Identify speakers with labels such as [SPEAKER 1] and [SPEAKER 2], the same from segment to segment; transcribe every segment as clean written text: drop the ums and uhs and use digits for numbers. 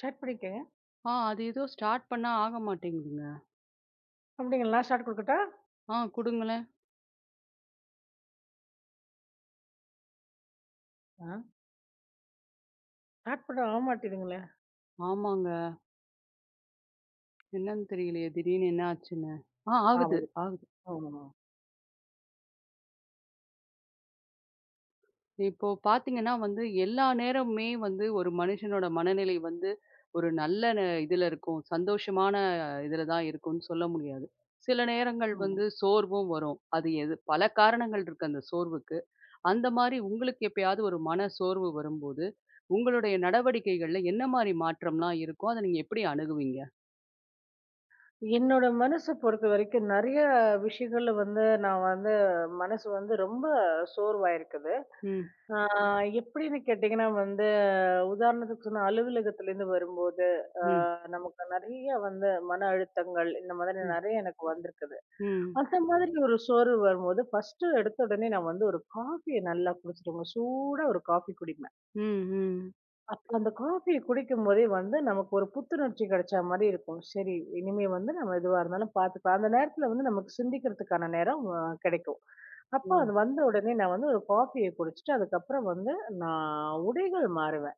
[SPEAKER 1] Start பண்ணியிருக்கேங்க.
[SPEAKER 2] அது ஏதோ start பண்ணா ஆக மாட்டேங்குதுங்க.
[SPEAKER 1] அப்படிங்களா? நான் ஸ்டார்ட் குடுக்கட்டா?
[SPEAKER 2] குடுங்களேன்.
[SPEAKER 1] ஆ. ஸ்டார்ட் பண்ண ஆவமாட்டேதுங்களே!
[SPEAKER 2] ஆமாங்க. என்னன்னு தெரியலையே திடீர்னு என்ன ஆச்சுன்னு. ஆகுது,
[SPEAKER 1] வந்து
[SPEAKER 2] ஆகுது.
[SPEAKER 1] ஆமாமா.
[SPEAKER 2] இப்போ பார்த்தீங்கன்னா வந்து எல்லா நேரமுமே வந்து ஒரு மனுஷனோட மனநிலை வந்து ஒரு நல்ல இதுல இருக்கும். சந்தோஷமான இதுல தான் இருக்கும்ன்னு சொல்ல முடியாது. சில நேரங்கள்
[SPEAKER 1] ம்.
[SPEAKER 2] வந்து சோர்வும் வரும். அது எது பல காரணங்கள் இருக்கு அந்த சோர்வுக்கு. அந்த மாரி உங்களுக்கு எப்பயாவது ஒரு மன சோர்வு வரும்போது, உங்களுடைய நடவடிக்கைகள்ல என்ன மாரி மாற்றம்லாம் இருக்கும்? அத நீங்க எப்படி அணுகுவீங்க?
[SPEAKER 1] என்னோட மனச பொறுத்த வரைக்கும் நெறைய விஷயங்கள்ல வந்து நான் வந்து மனசு வந்து ரொம்ப சோர்வாயிருக்குது.
[SPEAKER 2] ம்,
[SPEAKER 1] ஆ எப்படின்னு கேட்டீங்கன்னா வந்து, உதாரணத்துக்கு சொன்னா அலுவலகத்துலேருந்து வரும்போது, ஆ
[SPEAKER 2] ம்,
[SPEAKER 1] நமக்கு நெறைய வந்து மன அழுத்தங்கள், இந்த மாதிரி
[SPEAKER 2] ம்.
[SPEAKER 1] நெறைய எனக்கு வந்திருக்குது.
[SPEAKER 2] ம்.
[SPEAKER 1] அந்த மாதிரி ஒரு சோர்வு வரும்போது, ஃபர்ஸ்ட்டு எடுத்த உடனே நான் வந்து ஒரு காஃபிய நல்லா குடிச்சிடுவேங்க. சூடா ஒரு காஃபி குடிப்பேன்.
[SPEAKER 2] ம், ம்.
[SPEAKER 1] அப்ப அந்த காஃபிய குடிக்கும்போதே வந்து நமக்கு ஒரு புத்துணர்ச்சி கிடைச்ச மாரி இருக்கும். சரி, இனிமே வந்து நம்ம எதுவா இருந்தாலும் பார்த்துக்கலாம். அந்த நேரத்துல வந்து நமக்கு சிந்திக்கிறதுக்கான நேரம் கிடைக்கும். அப்ப
[SPEAKER 2] ஓ!
[SPEAKER 1] அது வந்த உடனே நான் வந்து ஒரு காஃபிய குடிச்சுட்டு, அதுக்கப்புறம் வந்து நான் உடைகள் மாறுவேன்.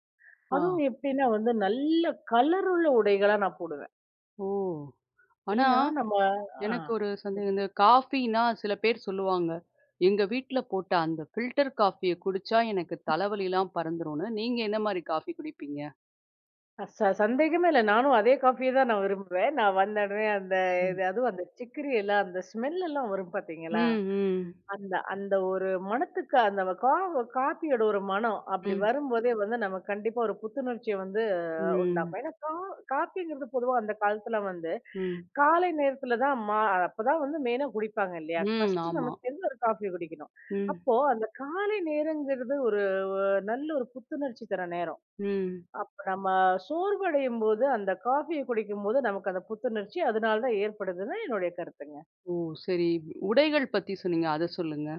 [SPEAKER 2] ஆ.
[SPEAKER 1] அதுவும் எப்படின்னா வந்து நல்ல கலர் உள்ள உடைகளா நான் போடுவேன்.
[SPEAKER 2] ஓ! ஆனா,
[SPEAKER 1] ஏன்னா நம்ம ஆ
[SPEAKER 2] எனக்கு ஒரு சந்தேகம். இந்த காஃபின்னா சில பேர் சொல்லுவாங்க, "எங்க வீட்ல போட்ட அந்த ஃபில்டர் காஃபிய குடிச்சா எனக்கு தலைவலிலாம் பறந்துரும்னு." நீங்க என்ன மாரி காஃபி குடிப்பீங்க?
[SPEAKER 1] சந்தேகமே இல்ல. நானும் அதே காஃபிய தான் நான் விரும்புவேன். நான் வந்த உடனே அந்த
[SPEAKER 2] ம்.
[SPEAKER 1] இது அதுவும் அந்த சிக்கிரி எல்லாம் அந்த ஸ்மெல் எல்லாம் வரும்
[SPEAKER 2] ம்,
[SPEAKER 1] பார்த்தீங்களா?
[SPEAKER 2] ம்.
[SPEAKER 1] அந்த அந்த ஒரு மணத்துக்கு அந்த காப்பியோட ஒரு மணம் அப்படி
[SPEAKER 2] ம்.
[SPEAKER 1] வரும்போதே வந்து நம்ம கண்டிப்பா ஒரு புத்துணர்ச்சிய வந்து
[SPEAKER 2] ம்.
[SPEAKER 1] உண்டாக்கும். ஏன்னா காப்பிங்கிறது பொதுவா அந்த காலத்துல வந்து
[SPEAKER 2] ம்.
[SPEAKER 1] காலை நேரத்துல தான் அப்பதான் வந்து மெயினா குடிப்பாங்க இல்லையா?
[SPEAKER 2] ம்.
[SPEAKER 1] ஃபர்ஸ்ட்
[SPEAKER 2] ஆமா.
[SPEAKER 1] நம்ம சேர்ந்து ஒரு காஃபி குடிக்கணும்.
[SPEAKER 2] ம்.
[SPEAKER 1] அப்போ அந்த காலை நேரங்கிறது ஒரு நல்ல ஒரு புத்துணர்ச்சி தர நேரம்.
[SPEAKER 2] ம்.
[SPEAKER 1] அப்ப நம்ம சோர்வடையும்போது அந்த காஃபிய குடிக்கும்போது நமக்கு அந்த புத்துணர்ச்சி அதனால தான் ஏற்படுதுன்னு என்னுடைய கருத்துங்க.
[SPEAKER 2] ஓ! சரி. உடைகள் பத்தி சொன்னீங்க. அத சொல்லுங்க.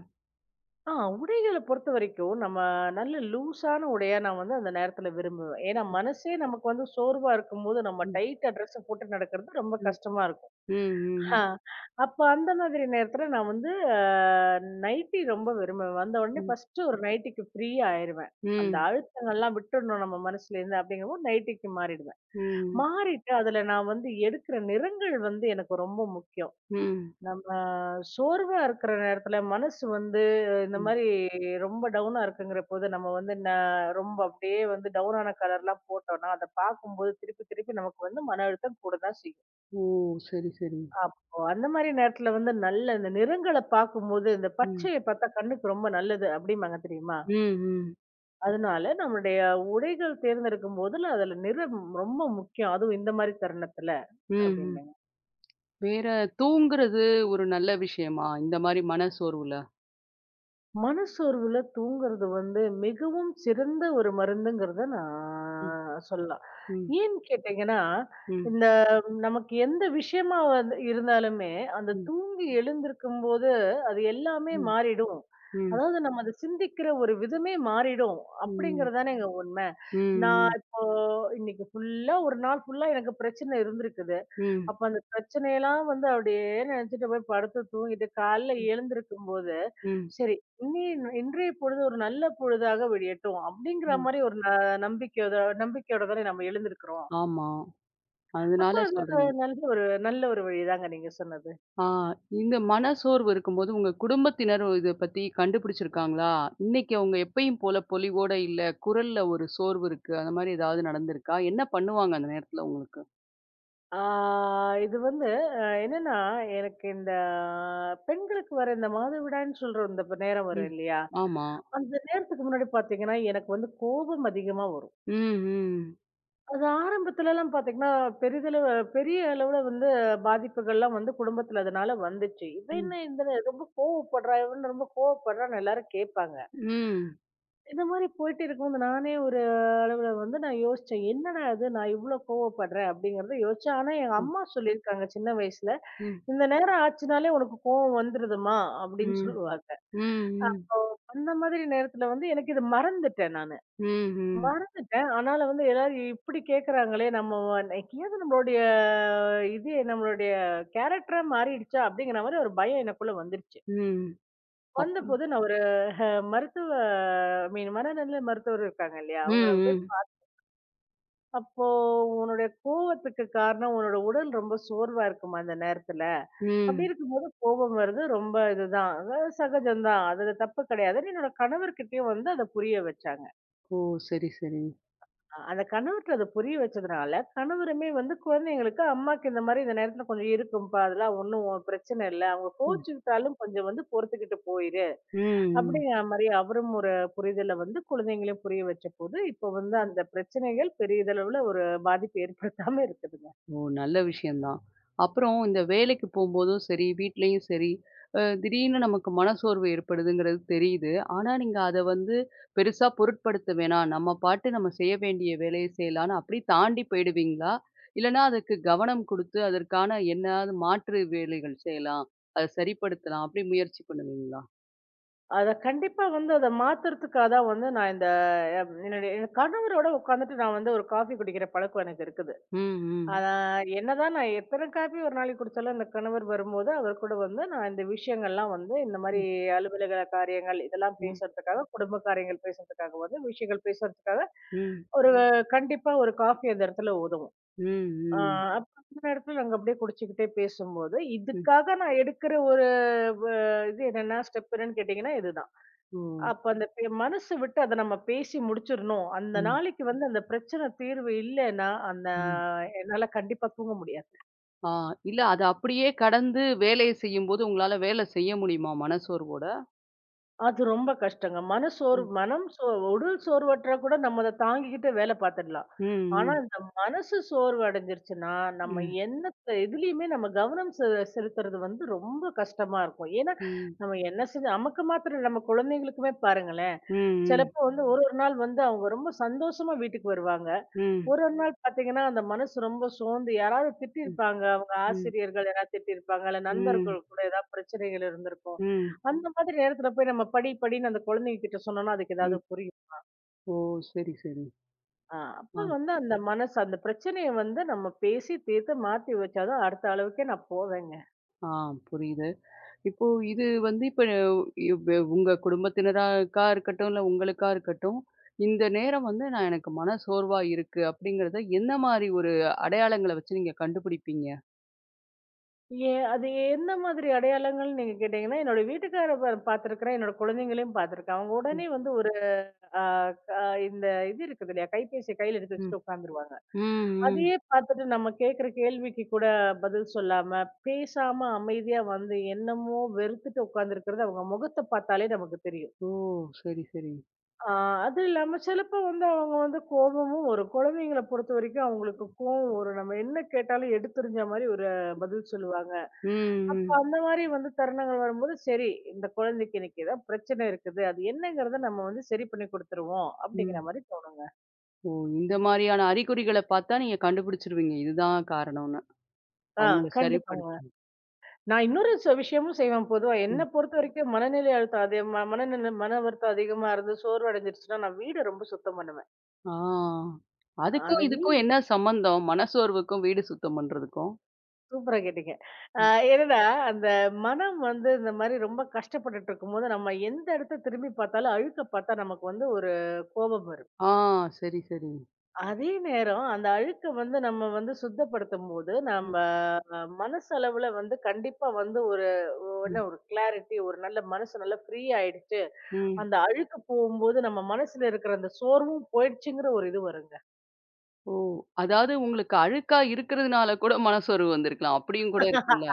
[SPEAKER 1] ஆ உடைகள பொறுத்தவரைக்கும், நம்ம நல்ல லூஸான உடையா நான் வந்து அந்த நேரத்துல விரும்புவேன். ஏன்னா, மனசே நமக்கு வந்து சோர்வா இருக்கும்போது, நம்ம
[SPEAKER 2] ம்.
[SPEAKER 1] டைட்டா ட்ரெஸ்ஸ போட்டு நடக்கிறது ரொம்ப
[SPEAKER 2] ம்.
[SPEAKER 1] கஷ்டமா இருக்கும்.
[SPEAKER 2] ம். ம்.
[SPEAKER 1] ஆ அப்ப அந்த மாதிரி நேரத்துல நான் வந்து அ நைட்டி ரொம்ப விரும்புவேன். வந்த உடனே
[SPEAKER 2] ம்.
[SPEAKER 1] ஃபர்ஸ்ட்டு ஒரு நைட்டிக்கு ஃப்ரீயா ஆயிருவேன். அந்த
[SPEAKER 2] ம்.
[SPEAKER 1] அழுத்தங்கள்லாம் விட்டுடணும் நம்ம மனசுலேருந்து அப்படிங்கும்போது நைட்டிக்கு மாறிடுவேன்.
[SPEAKER 2] ம்.
[SPEAKER 1] மாறிட்டு அதுல நான் வந்து எடுக்கிற நிறங்கள் வந்து எனக்கு ரொம்ப முக்கியம்.
[SPEAKER 2] ம்.
[SPEAKER 1] நம்ம சோர்வா இருக்கிற நேரத்துல மனசு வந்து இந்த
[SPEAKER 2] ம்.
[SPEAKER 1] மாதிரி ரொம்ப டவுனா இருக்குங்கிற போது நம்ம வந்து ரொம்ப அப்படியே வந்து டவுனான கலர்லாம் போட்டோம்னா அதை பார்க்கும்போது திருப்பி திருப்பி நமக்கு வந்து மன அழுத்தம் கூட தான் செய்யும்.
[SPEAKER 2] ஓ! சரி, சரி.
[SPEAKER 1] அப்போ அந்த மாதிரி நேரத்துல வந்து நல்ல இந்த நிறங்களை பார்க்கும்போது இந்த
[SPEAKER 2] ம்.
[SPEAKER 1] பச்சையை பார்த்தா கண்ணுக்கு ரொம்ப நல்லது அப்படிம்பாங்க தெரியுமா.
[SPEAKER 2] ம், ம்.
[SPEAKER 1] அதனால நம்மளுடைய உடைகள் தேர்ந்தெடுக்கும் போதுல அதுல நிறம் ரொம்ப முக்கியம் அதுவும் இந்த மாதிரி தருணத்துல
[SPEAKER 2] ம், ம்.
[SPEAKER 1] அப்படிம்பாங்க.
[SPEAKER 2] வேற தூங்குறது ஒரு நல்ல விஷயமா? இந்த மாரி மனசோர்வுல?
[SPEAKER 1] மனசோர்வுல தூங்குறது வந்து மிகவும் சிறந்த ஒரு மருந்துங்கிறத
[SPEAKER 2] ம்,
[SPEAKER 1] நான் சொல்லலாம்.
[SPEAKER 2] ம்,
[SPEAKER 1] ஏன்னு கேட்டீங்கன்னா,
[SPEAKER 2] ம்,
[SPEAKER 1] இந்த நமக்கு எந்த விஷயமா வந்து இருந்தாலுமே, அந்த
[SPEAKER 2] ம்,
[SPEAKER 1] தூங்கி எழுந்திருக்கும்போது அது எல்லாமே
[SPEAKER 2] ம்,
[SPEAKER 1] மாறிடும்.
[SPEAKER 2] ம்,
[SPEAKER 1] அதாவது நம்ம அத சிந்திக்கிற ஒரு விதமே மாறிடும்.
[SPEAKER 2] ம், ம்,
[SPEAKER 1] அப்படிங்கிறது தானேங்க உண்ம. நான்
[SPEAKER 2] ம்,
[SPEAKER 1] இப்போ இன்னைக்கு ஃபுல்லா ஒரு நாள் ஃபுல்லா எனக்கு பிரச்சனை இருந்திருக்குது.
[SPEAKER 2] ம்,
[SPEAKER 1] அப்ப அந்த பிரச்சனையெல்லாம் வந்து அப்படியே நினைச்சுட்டு போய் படுத்து தூங்கிட்டு காலைல எழுந்திருக்கும்போது,
[SPEAKER 2] ம்,
[SPEAKER 1] சரி இனி இன்றைய பொழுது ஒரு நல்ல பொழுதாக விடியட்டும் அப்படிங்கிற
[SPEAKER 2] ம்.
[SPEAKER 1] மாரி ஒரு நம்பிக்கையோட நம்பிக்கையோட தானே நம்ம எழுந்திருக்கிறோம்.
[SPEAKER 2] ஆமா.
[SPEAKER 1] அப்ப
[SPEAKER 2] அதனால
[SPEAKER 1] அது
[SPEAKER 2] சொல்றீங்க.
[SPEAKER 1] நல்ல ஒரு வழிதாங்க நீங்க சொன்னது.
[SPEAKER 2] ஆ இந்த மனசோர்வு இருக்கும்போது உங்க குடும்பத்தினர் இத பத்தி கண்டுபிடிச்சிருக்காங்களா? இன்னைக்கு அவங்க எப்பயும் போல பொலிவோட இல்ல, குரல்ல ஒரு சோர்வு இருக்கு. அந்த மாரி ஏதாவது நடந்திருக்கா? என்ன பண்ணுவாங்க அந்த நேரத்துல உங்களுக்கு?
[SPEAKER 1] ஆ இது வந்து என்னன்னா, எனக்கு இந்த பெண்களுக்கு வர இந்த மாதவிடாய்ன்னு சொல்ற இந்த நேரம் வரும்
[SPEAKER 2] ம்.
[SPEAKER 1] இல்லையா?
[SPEAKER 2] ஆமா.
[SPEAKER 1] அந்த நேரத்துக்கு முன்னாடி பார்த்தீங்கன்னா, எனக்கு வந்து கோபம் அதிகமா வரும்.
[SPEAKER 2] ம், ம்,
[SPEAKER 1] அது ஆரம்பத்துலலாம் பார்த்தீங்கன்னா, பெரிய அளவுல வந்து பாதிப்புகள்லாம் வந்து குடும்பத்துல அதனால வந்துச்சு. இவ என்ன இந்த ரொம்ப கோவப்படுறா, இவன் ரொம்ப கோவப்படுறான்னு எல்லாரும் கேட்பாங்க.
[SPEAKER 2] ம்,
[SPEAKER 1] இந்த மாரி போயிட்டு இருக்கும்போது நானே ஒரு அளவுல வந்து நான் யோசிச்சேன். என்னடா இது நான் இவ்ளோ கோவப்படுறேன் அப்படிங்கிறத யோசிச்சேன். ஆனா எங்க
[SPEAKER 2] ம்.
[SPEAKER 1] அம்மா சொல்லியிருக்காங்க சின்ன வயசுல,
[SPEAKER 2] ம்.
[SPEAKER 1] "இந்த நேரம் ஆச்சுனாலே உனக்கு கோவம் வந்துருதுமா" அப்படின்னு
[SPEAKER 2] ம்.
[SPEAKER 1] சொல்லுவாங்க.
[SPEAKER 2] ம். ம்.
[SPEAKER 1] அந்த மாதிரி நேரத்துல வந்து எனக்கு இத மறந்துட்டேன் நானு.
[SPEAKER 2] ம். ம்.
[SPEAKER 1] மறந்துட்டேன். ஆனாலும் வந்து எல்லாரும் இப்படி கேட்கறாங்களே! நம்ம என்னைக்காவது நம்மளுடைய கேரக்டரா மாறிடுச்சா? அப்படிங்கிற மாரி ஒரு பயம் எனக்குள்ள வந்துருச்சு.
[SPEAKER 2] ம். அப்புறம்
[SPEAKER 1] வந்தபோது நான் ஒரு மருத்துவ ஐ மீன் மனநல மருத்துவர் இருக்காங்க இல்லையா?
[SPEAKER 2] ம்.
[SPEAKER 1] அவங்கள போய்
[SPEAKER 2] ம்.
[SPEAKER 1] அப்போ "உன்னுடைய கோவத்துக்கு காரணம் உன்னோட உடல் ரொம்ப சோர்வா இருக்குமா அந்த நேரத்துல. அப்படி
[SPEAKER 2] ம்.
[SPEAKER 1] இருக்கும்போது கோபம் வருது ரொம்ப இதுதான். அதாவது சகஜம் தான். அதுல தப்பு கிடையாது." என்னோட கணவர்கிட்டயும் வந்து அத புரிய வச்சாங்க.
[SPEAKER 2] ஓ! சரி, சரி.
[SPEAKER 1] அந்த கணவர்ட்ட அத புரிய வச்சதுனால, கணவருமே வந்து குழந்தைங்களுக்கு, "அம்மாக்கு இந்த மாரி இந்த நேரத்துல கொஞ்சம் இருக்கும்ப்பா. அதெல்லாம் ஒண்ணும் பிரச்சனை இல்ல. அவங்க
[SPEAKER 2] ம்.
[SPEAKER 1] கோச்சுக்கிட்டாலும் கொஞ்சம் வந்து பொறுத்துக்கிட்டு போயிரு."
[SPEAKER 2] ம். ம்.
[SPEAKER 1] அப்படிங்கிற மாரி அவரும் ஒரு புரிதல வந்து குழந்தைங்களையும் புரிய வச்சபோது, இப்போ வந்து அந்த பிரச்சனைகள் பெரியதளவுல ஒரு பாதிப்பு ஏற்படுத்தாம இருக்குதுங்க.
[SPEAKER 2] ஓ! நல்ல விஷயம் தான். அப்புறம் இந்த வேலைக்கு போம்போதும் சரி, வீட்லயும் சரி, திடீர்னு நமக்கு மனசோர்வு ஏற்படுதுங்கிறது தெரியுது. ஆனா, நீங்க அத வந்து பெருசா பொருட்படுத்த வேணாம். நம்ம பாட்டு நம்ம செய்ய வேண்டிய வேலைய செய்யலான்னு அப்படி தாண்டி போயிடுவீங்களா? இல்லன்னா அதுக்கு கவனம் குடுத்து அதற்கான என்னாது மாற்று வேலைகள் செய்யலாம். அத சரிப்படுத்தலாம். அப்படி முயற்சி பண்ணுவீங்களா?
[SPEAKER 1] அத கண்டிப்பா வந்து அத மாத்துறதுக்காக தான் வந்து நான் இந்த அ என் கணவரோட உட்காந்துட்டு நான் வந்து ஒரு காஃபி குடிக்கிற பழக்கம் எனக்கு இருக்குது.
[SPEAKER 2] ம், ம்.
[SPEAKER 1] அதான் என்னதான் நான் எத்தனை காப்பி ஒரு நாளைக்கு குடிச்சாலும் அந்த கணவர் வரும்போது அவர் கூட வந்து நான் இந்த விஷயங்கள்லாம் வந்து இந்த மாதிரி
[SPEAKER 2] ம்,
[SPEAKER 1] அலுவலக காரியங்கள் இதெல்லாம்
[SPEAKER 2] ம்.
[SPEAKER 1] பேசுறதுக்காக குடும்ப காரியங்கள் பேசுறதுக்காக வந்து விஷயங்கள் பேசுறதுக்காக
[SPEAKER 2] ம்.
[SPEAKER 1] ஒரு கண்டிப்பா ஒரு காஃபி அந்த இடத்துல உதவும்.
[SPEAKER 2] ம், ம்.
[SPEAKER 1] அப்ப அந்த இடத்துல நாங்க அப்படியே குடிச்சுக்கிட்டே பேசும்போது
[SPEAKER 2] ம்.
[SPEAKER 1] இதுக்காக நான் எடுக்கிற ஒரு இது என்னன்னா ஸ்டெப் என்னன்னு கேட்டீங்கன்னா இதுதான்.
[SPEAKER 2] ஓ!
[SPEAKER 1] அப்ப அந்த மனசு விட்டு அதை நம்ம பேசி முடிச்சிடணும் அந்த
[SPEAKER 2] ம்,
[SPEAKER 1] நாளைக்கு வந்து அந்த பிரச்சனை தீர்வு இல்லைன்னா அந்த
[SPEAKER 2] ம்.
[SPEAKER 1] என்னால கண்டிப்பா தூங்க முடியாது.
[SPEAKER 2] ஆ இல்ல அத அப்படியே கடந்து வேலைய செய்யும்போது, உங்களால வேலை செய்ய முடியுமா மனசோர்வோட?
[SPEAKER 1] அது ரொம்ப கஷ்டங்க.
[SPEAKER 2] ம்.
[SPEAKER 1] மனசோர்வு மனம் சோ உடல் சோர்வற்றா கூட நம்ம அத தாங்கிக்கிட்டு வேல பாத்துடலாம்.
[SPEAKER 2] ம்,
[SPEAKER 1] ஆனா,
[SPEAKER 2] ம்.
[SPEAKER 1] இந்த மனசு சோர்வு அடைஞ்சிருச்சுன்னா, நம்ம
[SPEAKER 2] ம்.
[SPEAKER 1] என்னத்த எதுலயுமே நம்ம கவனம் செ செலுத்துறது வந்து ரொம்ப கஷ்டமா இருக்கும். ஏன்னா,
[SPEAKER 2] ம்.
[SPEAKER 1] நம்ம என்ன செஞ்சு நமக்கு மாத்திரம் இல்ல, நம்ம குழந்தைங்களுக்குமே பாருங்களேன்.
[SPEAKER 2] ம்,
[SPEAKER 1] சிலப்போ வந்து ஒரு ஒரு நாள் வந்து அவங்க ரொம்ப சந்தோஷமா வீட்டுக்கு வருவாங்க.
[SPEAKER 2] ம்.
[SPEAKER 1] ஒரு ஒரு நாள் பார்த்தீங்கன்னா, அந்த மனசு ரொம்ப சோர்ந்து யாராவது
[SPEAKER 2] ம். ம்.
[SPEAKER 1] திட்டியிருப்பாங்க. அவங்க
[SPEAKER 2] ம்.
[SPEAKER 1] ஆசிரியர்கள் யாராவது திட்டியிருப்பாங்க. இல்ல
[SPEAKER 2] ம்.
[SPEAKER 1] நண்பர்கள் கூட ஏதாவது பிரச்சனைகள் இருந்திருக்கும்.
[SPEAKER 2] ம்.
[SPEAKER 1] அந்த மாதிரி நேரத்துல போய் நம்ம படி படின்னு அந்த குழந்தைங்க கிட்ட சொன்னோம்னா, அதுக்கு
[SPEAKER 2] ம்.
[SPEAKER 1] ஏதாவது புரியும்.
[SPEAKER 2] ஓ! சரி, சரி.
[SPEAKER 1] அப்ப
[SPEAKER 2] ஆ,
[SPEAKER 1] வந்து அந்த மனசு அந்த பிரச்சனைய வந்து நம்ம பேசி தீர்த்து மாத்தி வச்சா தான் அடுத்த அளவுக்கே நான் போவேங்க.
[SPEAKER 2] ஆ புரியுது. இப்போ இது வந்து இப்ப இவ் உங்க குடும்பத்தினராக்கா இருக்கட்டும், இல்ல உங்களுக்கா இருக்கட்டும், இந்த நேரம் வந்து நான் எனக்கு மன சோர்வா இருக்கு அப்படிங்கிறத எந்த மாரி ஒரு அடையாளங்கள வச்சு நீங்க கண்டுபிடிப்பீங்க?
[SPEAKER 1] அது எந்த மாதிரி அடையாளங்கள்னு நீங்க கேட்டீங்கன்னா, என்னோட வீட்டுக்கார பார்த்துருக்கிறேன். என்னோட குழந்தைங்களையும் பார்த்துருக்கேன். அவங்க
[SPEAKER 2] ம்.
[SPEAKER 1] உடனே வந்து ஒரு அ க இந்த இது இருக்குது இல்லையா? கைபேசிய கையில எடுத்து
[SPEAKER 2] ம்.
[SPEAKER 1] வச்சுட்டு உட்காந்துருவாங்க.
[SPEAKER 2] ம், ம்.
[SPEAKER 1] அதையே பார்த்துட்டு நம்ம கேட்குற கேள்விக்கு கூட பதில் சொல்லாம, பேசாம அமைதியா வந்து என்னமோ வெறுத்துட்டு உட்கார்ந்திருக்கிறது அவங்க முகத்த பார்த்தாலே நமக்கு தெரியும்.
[SPEAKER 2] ஓ! சரி, சரி.
[SPEAKER 1] ஆ அது இல்லாம சிலப்போ வந்து அவங்க வந்து கோபமும் வரும். குழந்தைங்கள பொறுத்தவரைக்கும் அவங்களுக்கு கோவம் வரும். நம்ம என்ன கேட்டாலும் எடுத்தெறிஞ்ச மாரி ஒரு பதில் சொல்லுவாங்க.
[SPEAKER 2] ம்,
[SPEAKER 1] அப்ப
[SPEAKER 2] ம்,
[SPEAKER 1] அந்த மாரி வந்து தருணங்கள் வரும்போது, சரி இந்த குழந்தைக்கு இன்னைக்கு ஏதாவது பிரச்சனை இருக்குது. அது என்னங்கிறத நம்ம வந்து சரி பண்ணி குடுத்துருவோம். அப்படிங்கிற
[SPEAKER 2] ம்.
[SPEAKER 1] மாரி தோணுங்க.
[SPEAKER 2] ஓ! இந்த மாரியான அறிகுறிகள பார்த்தா நீங்க கண்டுபிடிச்சுருவீங்க. இதுதான் காரணம்னு.
[SPEAKER 1] ஆ
[SPEAKER 2] அவங்கள
[SPEAKER 1] கண்டிப்பாங்க.
[SPEAKER 2] சரிப்படுத்தணும்.
[SPEAKER 1] நான் இன்னொரு விஷயமும் செய்வேன் பொதுவா. என்ன
[SPEAKER 2] ம்.
[SPEAKER 1] பொறுத்தவரைக்கும் மனநிலை அழுத்தம் அது மனநிலை மன வருத்தம் அதிகமா இருந்து சோர்வு அடைஞ்சிருச்சுன்னா, நான் வீட ரொம்ப சுத்தம் பண்ணுவேன்.
[SPEAKER 2] ஆ. அதுக்கும்
[SPEAKER 1] அந்த
[SPEAKER 2] இதுக்கும்
[SPEAKER 1] வீடு
[SPEAKER 2] என்ன சம்மந்தம்? மனசோர்வுக்கும் வீடு சுத்தம் பண்றதுக்கும்?
[SPEAKER 1] சூப்பரா கேட்டீங்க. அ
[SPEAKER 2] ம்.
[SPEAKER 1] என்னன்னா, அந்த மனம் வந்து இந்த மாரி ரொம்ப கஷ்டப்பட்டுட்டு இருக்கும்போது, நம்ம எந்த இடத்த திரும்பி பார்த்தாலும் அழுக்க பார்த்தா நமக்கு வந்து ஒரு கோபம் வரும்.
[SPEAKER 2] ஆ. சரி, சரி.
[SPEAKER 1] அதே நேரம் அந்த அழுக்க வந்து நம்ம வந்து சுத்தப்படுத்தும்போது,
[SPEAKER 2] ம்.
[SPEAKER 1] நம்ம மனசளவுல வந்து கண்டிப்பா வந்து ஒரு ஒரு-
[SPEAKER 2] ம்.
[SPEAKER 1] என்ன ஒரு கிளாரிட்டி ஒரு நல்ல மனசு நல்லா ஃப்ரீ ஆயிடுச்சு.
[SPEAKER 2] ம்.
[SPEAKER 1] அந்த அழுக்கு போகும்போது நம்ம மனசுல இருக்கிற அந்த சோர்வும் போயிடுச்சுங்கிற ஒரு இது வருங்க.
[SPEAKER 2] ஓ! அதாவது உங்களுக்கு அழுக்கா இருக்கிறதுனால கூட மனசோர்வு வந்திருக்கலாம். அப்படியும் கூட இருக்கும்ல.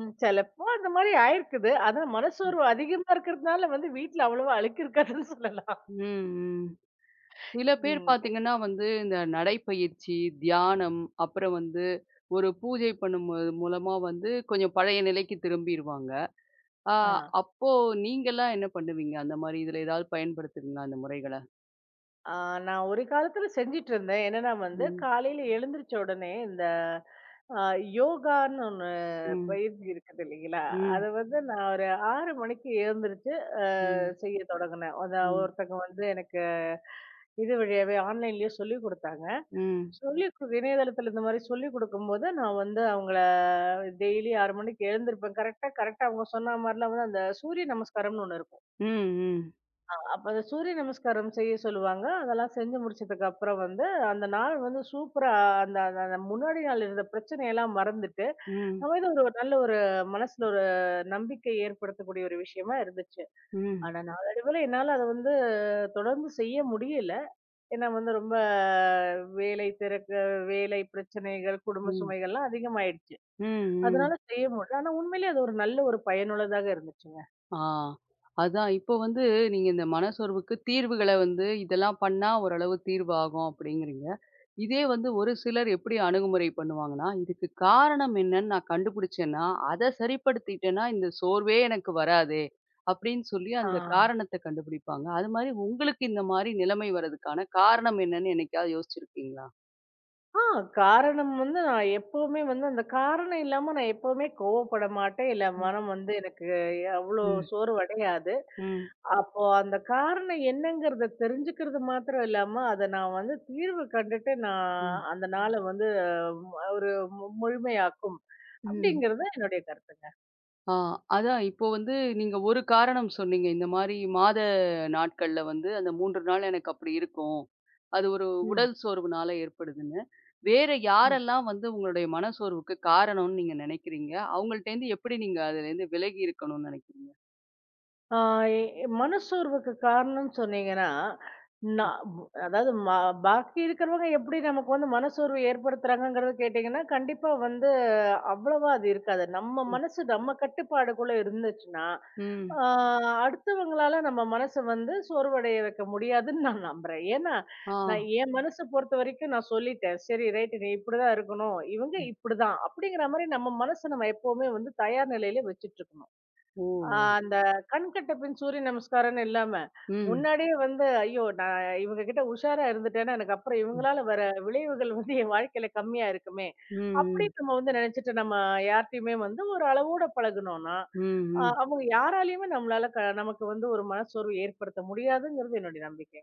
[SPEAKER 1] ம். சிலப்போ அந்த மாரி ஆயிருக்குது. ஆனா மனசோர்வு அதிகமா இருக்கிறதுனால வந்து வீட்ல அவ்வளவா அழுக்கு இருக்காதுன்னு சொல்லலாம்.
[SPEAKER 2] ம், ம். சில பேர்
[SPEAKER 1] ம்.
[SPEAKER 2] பார்த்தீங்கன்னா வந்து இந்த நடைப்பயிற்சி, தியானம், அப்புறம் வந்து ஒரு பூஜை பண்ணும் மூலமா வந்து கொஞ்சம் பழைய நிலைக்கு திரும்பிருவாங்க. ஆ
[SPEAKER 1] ஆ.
[SPEAKER 2] அப்போ நீங்கலாம் என்ன பண்ணுவீங்க? அந்த மாரி இதில ஏதாவது பயன்படுத்துவீங்களா அந்த முறைகள?
[SPEAKER 1] ஆ நான் ஒரு காலத்துல செஞ்சுட்டு இருந்தேன். என்னன்னா வந்து
[SPEAKER 2] ம்,
[SPEAKER 1] காலையில எழுந்திரிச்ச உடனே இந்த அ யோகான்னு ஒண்ணு
[SPEAKER 2] ம்,
[SPEAKER 1] பயிற்சி இருக்குது இல்லைங்களா? அத
[SPEAKER 2] ம்,
[SPEAKER 1] வந்து நான் ஒரு 6 மணிக்கு எழுந்திரிச்சு அ
[SPEAKER 2] ம்,
[SPEAKER 1] செய்ய தொடங்குனேன். அத
[SPEAKER 2] ம்,
[SPEAKER 1] ஒருத்தங்க வந்து எனக்கு இது வழியாவே ஆன்லைன்லயே சொல்லிக் குடுத்தாங்க.
[SPEAKER 2] ம்,
[SPEAKER 1] சொல்லி கு இணையதளத்துல இந்த மாரி சொல்லிக் குடுக்கும்போது, நான் வந்து அவங்கள டெய்லி 6 மணிக்கு எழுந்திருப்பேன். கரெக்ட்டா கரெக்ட்டா அவங்க சொன்ன மாரிலாம் வந்து அந்த சூரிய நமஸ்காரம்னு ஒண்ணு இருக்கும்.
[SPEAKER 2] ம், ம்,
[SPEAKER 1] அப்ப அந்த சூரிய நமஸ்காரம் செய்ய சொல்லுவாங்க. அதெல்லாம் செஞ்சு முடிச்சதுக்கப்புறம் வந்து, அந்த நாள் வந்து சூப்பரா அந்த அந்த அந்த முன்னாடி நாள் இருந்த பிரச்சனையெல்லாம் மறந்துட்டு,
[SPEAKER 2] ம்,
[SPEAKER 1] நம்ம இது ஒரு நல்ல ஒரு மனசுல ஒரு நம்பிக்கை ஏற்படுத்தக்கூடிய ஒரு விஷயமா இருந்துச்சு.
[SPEAKER 2] ம்,
[SPEAKER 1] ஆனா நாளடைவுல என்னால அத வந்து தொடர்ந்து செய்ய முடியல. ஏன்னா வந்து ரொம்ப வேலை திறக்க வேலை பிரச்சனைகள், குடும்ப
[SPEAKER 2] ம்,
[SPEAKER 1] சுமைகள்லாம் அதிகமாயிடுச்சு.
[SPEAKER 2] ம், ம்.
[SPEAKER 1] அதனால செய்ய முடியல. ஆனா உண்மையிலேயே அது ஒரு நல்ல ஒரு பயனுள்ளதாக இருந்துச்சுங்க.
[SPEAKER 2] ஆ. அதான் இப்போ வந்து நீங்க இந்த மனசோர்வுக்கு தீர்வுகள வந்து இதெல்லாம் பண்ணா ஓரளவு தீர்வாகும் அப்படிங்கிறீங்க. இதே வந்து ஒரு சிலர் எப்படி அணுகுமுறை பண்ணுவாங்கன்னா, இதுக்கு காரணம் என்னன்னு நான் கண்டுபிடிச்சேன்னா, அத சரிப்படுத்திட்டேன்னா இந்த சோர்வே எனக்கு வராதே! அப்படின்னு சொல்லி
[SPEAKER 1] ஆ.
[SPEAKER 2] அந்த காரணத்த கண்டுபிடிப்பாங்க. அது மாரி உங்களுக்கு இந்த மாரி நிலைமை வர்றதுக்கான காரணம் என்னன்னு என்னைக்காவது யோசிச்சிருக்கீங்களா?
[SPEAKER 1] ஆ காரணம் வந்து நான் எப்பவுமே வந்து அந்த காரணம் இல்லாம நான் எப்பவுமே கோவப்பட மாட்டேன். இல்ல
[SPEAKER 2] ம்,
[SPEAKER 1] மனம் வந்து எனக்கு அவ்ளோ
[SPEAKER 2] ம்,
[SPEAKER 1] சோர்வடையாது.
[SPEAKER 2] ம்,
[SPEAKER 1] அப்போ அந்த காரணம் என்னங்கிறத தெரிஞ்சுக்கிறது மாத்திரம் இல்லாம, அத நான் வந்து தீர்வு கண்டுட்டு நான்
[SPEAKER 2] ம்.
[SPEAKER 1] அந்த நாள வந்து ஒரு முழுமையாக்கும்.
[SPEAKER 2] ம்.
[SPEAKER 1] அப்படிங்கிறது என்னுடைய கருத்துங்க.
[SPEAKER 2] ஆ, அதான் இப்போ வந்து நீங்க ஒரு காரணம் சொன்னீங்க. இந்த மாரி மாத நாட்கள்ல வந்து அந்த 3 நாள் எனக்கு அப்படி இருக்கும். அது ஒரு
[SPEAKER 1] ம்.
[SPEAKER 2] உடல் சோர்வுனால ஏற்படுதுன்னு. வேற யாரெல்லாம் வந்து உங்களுடைய மனசோர்வுக்கு காரணம்னு நீங்க நினைக்கிறீங்க? அவங்கள்ட்டேருந்து எப்படி நீங்க அதுலேருந்து விலகி இருக்கணும்னு நினைக்கிறீங்க?
[SPEAKER 1] ஆ எ மனசோர்வுக்கு காரணம்னு சொன்னீங்கன்னா, நான் அதாவது ம பாக்கி இருக்கிறவங்க எப்படி நமக்கு வந்து மனசோர்வு ஏற்படுத்துறாங்கங்கிறத கேட்டீங்கன்னா, கண்டிப்பா வந்து அவ்வளவா அது இருக்காது. நம்ம
[SPEAKER 2] ம்.
[SPEAKER 1] மனசு நம்ம கட்டுப்பாடுக்குள்ள இருந்துச்சுன்னா,
[SPEAKER 2] ம்.
[SPEAKER 1] ஆ அடுத்தவங்களால நம்ம மனச வந்து சோர்வடைய வைக்க முடியாதுன்னு நான் நம்புறேன். ஏன்னா,
[SPEAKER 2] ஆ.
[SPEAKER 1] நான் என் மனச பொறுத்த வரைக்கும் நான் சொல்லிட்டேன். சரி ரைட் நீ இப்படிதான் இருக்கணும். இவங்க
[SPEAKER 2] ம்.
[SPEAKER 1] இப்படிதான். அப்படிங்கிற மாரி நம்ம மனச நம்ம எப்பவுமே வந்து தயார் நிலையில வச்சுட்டுருக்கணும்.
[SPEAKER 2] ஓ!
[SPEAKER 1] ஆ அந்த கண்கட்ட பின் சூரிய நமஸ்காரம்ன்னு இல்லாம,
[SPEAKER 2] ம்.
[SPEAKER 1] முன்னாடியே வந்து ஐயோ! நான் இவங்க கிட்ட உஷாரா இருந்துட்டேன்னா, எனக்கு அப்புறம்
[SPEAKER 2] ம்.
[SPEAKER 1] இவங்களால வர விளைவுகள் வந்து என் வாழ்க்கையில கம்மியா இருக்குமே!
[SPEAKER 2] ம். ம்.
[SPEAKER 1] அப்படின்னு நம்ம வந்து நினைச்சுட்டு நம்ம யார்ட்டயுமே வந்து ஒரு அளவோட பழகுனோம்ன்னா,
[SPEAKER 2] ம். ம்.
[SPEAKER 1] அவங்க யாராலயுமே நம்மளால க நமக்கு வந்து ஒரு மனச்சோர்வு ஏற்படுத்த முடியாதுங்கிறது என்னுடைய நம்பிக்கை.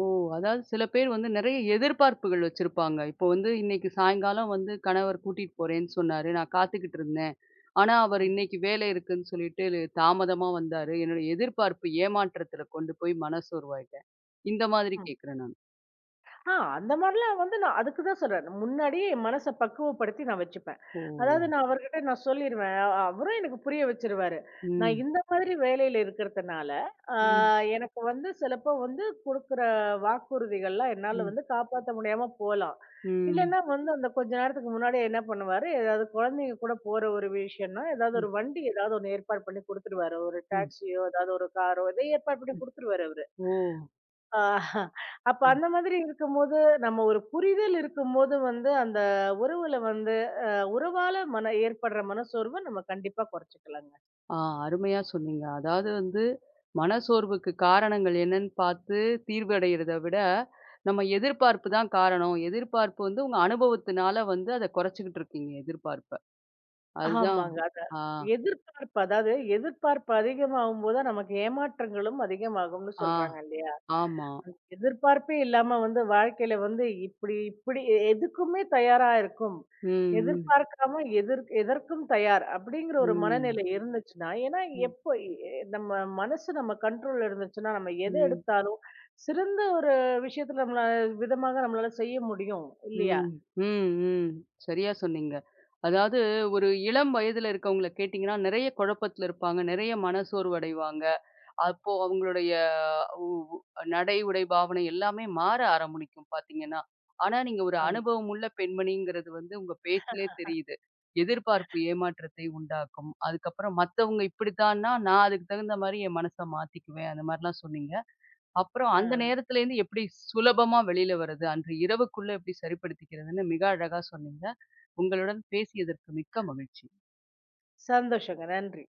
[SPEAKER 2] ஓ! அதாவது சில பேர் வந்து நெறைய எதிர்பார்ப்புகள் வச்சிருப்பாங்க. இப்போ வந்து இன்னைக்கு சாயங்காலம் வந்து கணவர் கூட்டிட்டு போறேன்னு சொன்னாரு. நான் காத்துக்கிட்டு இருந்தேன். ஆனா, அவர் இன்னைக்கு வேலை இருக்குன்னு சொல்லிட்டு தாமதமா வந்தாரு. என்னோட எதிர்பார்ப்பு ஏமாற்றத்துல கொண்டு போய் மனசோர்வாயிட்டேன். இந்த மாதிரி
[SPEAKER 1] ம்.
[SPEAKER 2] கேட்கிறேன் நான்.
[SPEAKER 1] அந்த மாரிலாம் வந்து நான் அதுக்கு தான் சொல்றேன். நான் முன்னாடியே என் மனச பக்குவப்படுத்தி நான் வச்சுப்பேன்.
[SPEAKER 2] ஓ!
[SPEAKER 1] அதாவது அவர்கிட்ட நான் சொல்லிருவேன். அவரும் எனக்கு புரிய வச்சுருவாரு. நான்
[SPEAKER 2] ம்.
[SPEAKER 1] இந்த மாதிரி வேலையில இருக்கிறதுனால, ஆ
[SPEAKER 2] ம்.
[SPEAKER 1] எனக்கு வந்து சிலப்போ வந்து குடுக்குற வாக்குறுதிகள்லாம் என்னால
[SPEAKER 2] ம்.
[SPEAKER 1] வந்து காப்பாத்த முடியாம போலாம்.
[SPEAKER 2] ம்.
[SPEAKER 1] இல்லன்னா வந்து அந்த கொஞ்ச நேரத்துக்கு முன்னாடியே என்ன பண்ணுவாரு, ஏதாவது குழந்தைங்க கூட போற ஒரு விஷயம்னா, ஏதாவது
[SPEAKER 2] ம்.
[SPEAKER 1] ஒரு வண்டி ஏதாவது ஒண்ணு ஏற்பாடு பண்ணி குடுத்துருவாரு. ஒரு
[SPEAKER 2] ம்.
[SPEAKER 1] டாக்ஸியோ, ஏதாவது ஒரு காரோ, எதோ ஏற்பாடு பண்ணி குடுத்துருவாரு அவரு.
[SPEAKER 2] ஓ!
[SPEAKER 1] ஆ, அப்ப அந்த மாதிரி இருக்கும்போது, நம்ம ஒரு புரிதல் இருக்கும்போது வந்து, அந்த உறவுல வந்து உறவால மன ஏற்படுற மனசோர்வ நம்ம கண்டிப்பா குறைச்சுக்கலாங்க.
[SPEAKER 2] ஆ அருமையா சொன்னீங்க. அதாவது வந்து மனசோர்வுக்கு காரணங்கள் என்னன்னு பார்த்து தீர்வடையிறத விட, நம்ம எதிர்பார்ப்பு தான் காரணம். எதிர்பார்ப்பு வந்து உங்க அனுபவத்தினால வந்து அத குறைச்சுக்கிட்டு இருக்கீங்க எதிர்பார்ப்ப. அதுதான்
[SPEAKER 1] ஆமாங்க. அத
[SPEAKER 2] ஆ,
[SPEAKER 1] எதிர்பார்ப்பு அதாவது எதிர்பார்ப்பு அதிகமாகும்போது தான் நமக்கு ஏமாற்றங்களும் அதிகமாகும்னு
[SPEAKER 2] ஆ,
[SPEAKER 1] சொல்றாங்க இல்லையா?
[SPEAKER 2] ஆமா.
[SPEAKER 1] எதிர்பார்ப்பே இல்லாம வந்து வாழ்க்கையில வந்து இப்படி இப்படி எதுக்குமே தயாரா இருக்கும்.
[SPEAKER 2] ம், ம்,
[SPEAKER 1] எதிர்பார்க்காம எதிர் எதற்கும் தயார் அப்படிங்கிற ஒரு
[SPEAKER 2] ம்,
[SPEAKER 1] மனநிலை இருந்துச்சுன்னா, ஏன்னா எப்ப எ நம்ம மனசு நம்ம கண்ட்ரோல்ல இருந்துச்சுன்னா, நம்ம எத
[SPEAKER 2] ம்,
[SPEAKER 1] எடுத்தாலும் சிறந்த ஒரு விஷயத்துல நம்மளால விதமாக நம்மளால செய்ய முடியும் இல்லையா?
[SPEAKER 2] ம், ம், ம். சரியா சொன்னீங்க. அதாவது ஒரு இளம் வயதுல இருக்கவங்கள கேட்டீங்கன்னா, நெறைய குழப்பத்துல இருப்பாங்க. நெறைய மனசோர்வு அடைவாங்க. அப்போ அவங்களுடைய உ உ நடை, உடை, பாவனை எல்லாமே மாற ஆரம்பிக்கும் பார்த்தீங்கன்னா. ஆனா, நீங்க ஒரு
[SPEAKER 1] ஆமா.
[SPEAKER 2] அனுபவம் உள்ள பெண்மணிங்கிறது வந்து உங்க பேச்சிலே தெரியுது. எதிர்பார்ப்பு ஏமாற்றத்தை உண்டாக்கும். அதுக்கப்புறம் மத்தவங்க இப்படித்தான்னா, நான் அதுக்கு தகுந்த மாரி என் மனச மாத்திக்குவேன். அந்த மாரிலாம் சொன்னீங்க. அப்புறம் அந்த
[SPEAKER 1] ஆ.
[SPEAKER 2] நேரத்துலேருந்து எப்படி சுலபமா வெளியில வர்றது? அன்று இரவுக்குள்ள எப்படி சரிப்படுத்திக்கிறதுன்னு மிக அழகா சொன்னீங்க. உங்களுடன் பேசியதற்கு மிக்க மகிழ்ச்சி.
[SPEAKER 1] சந்தோஷங்க. நன்றி.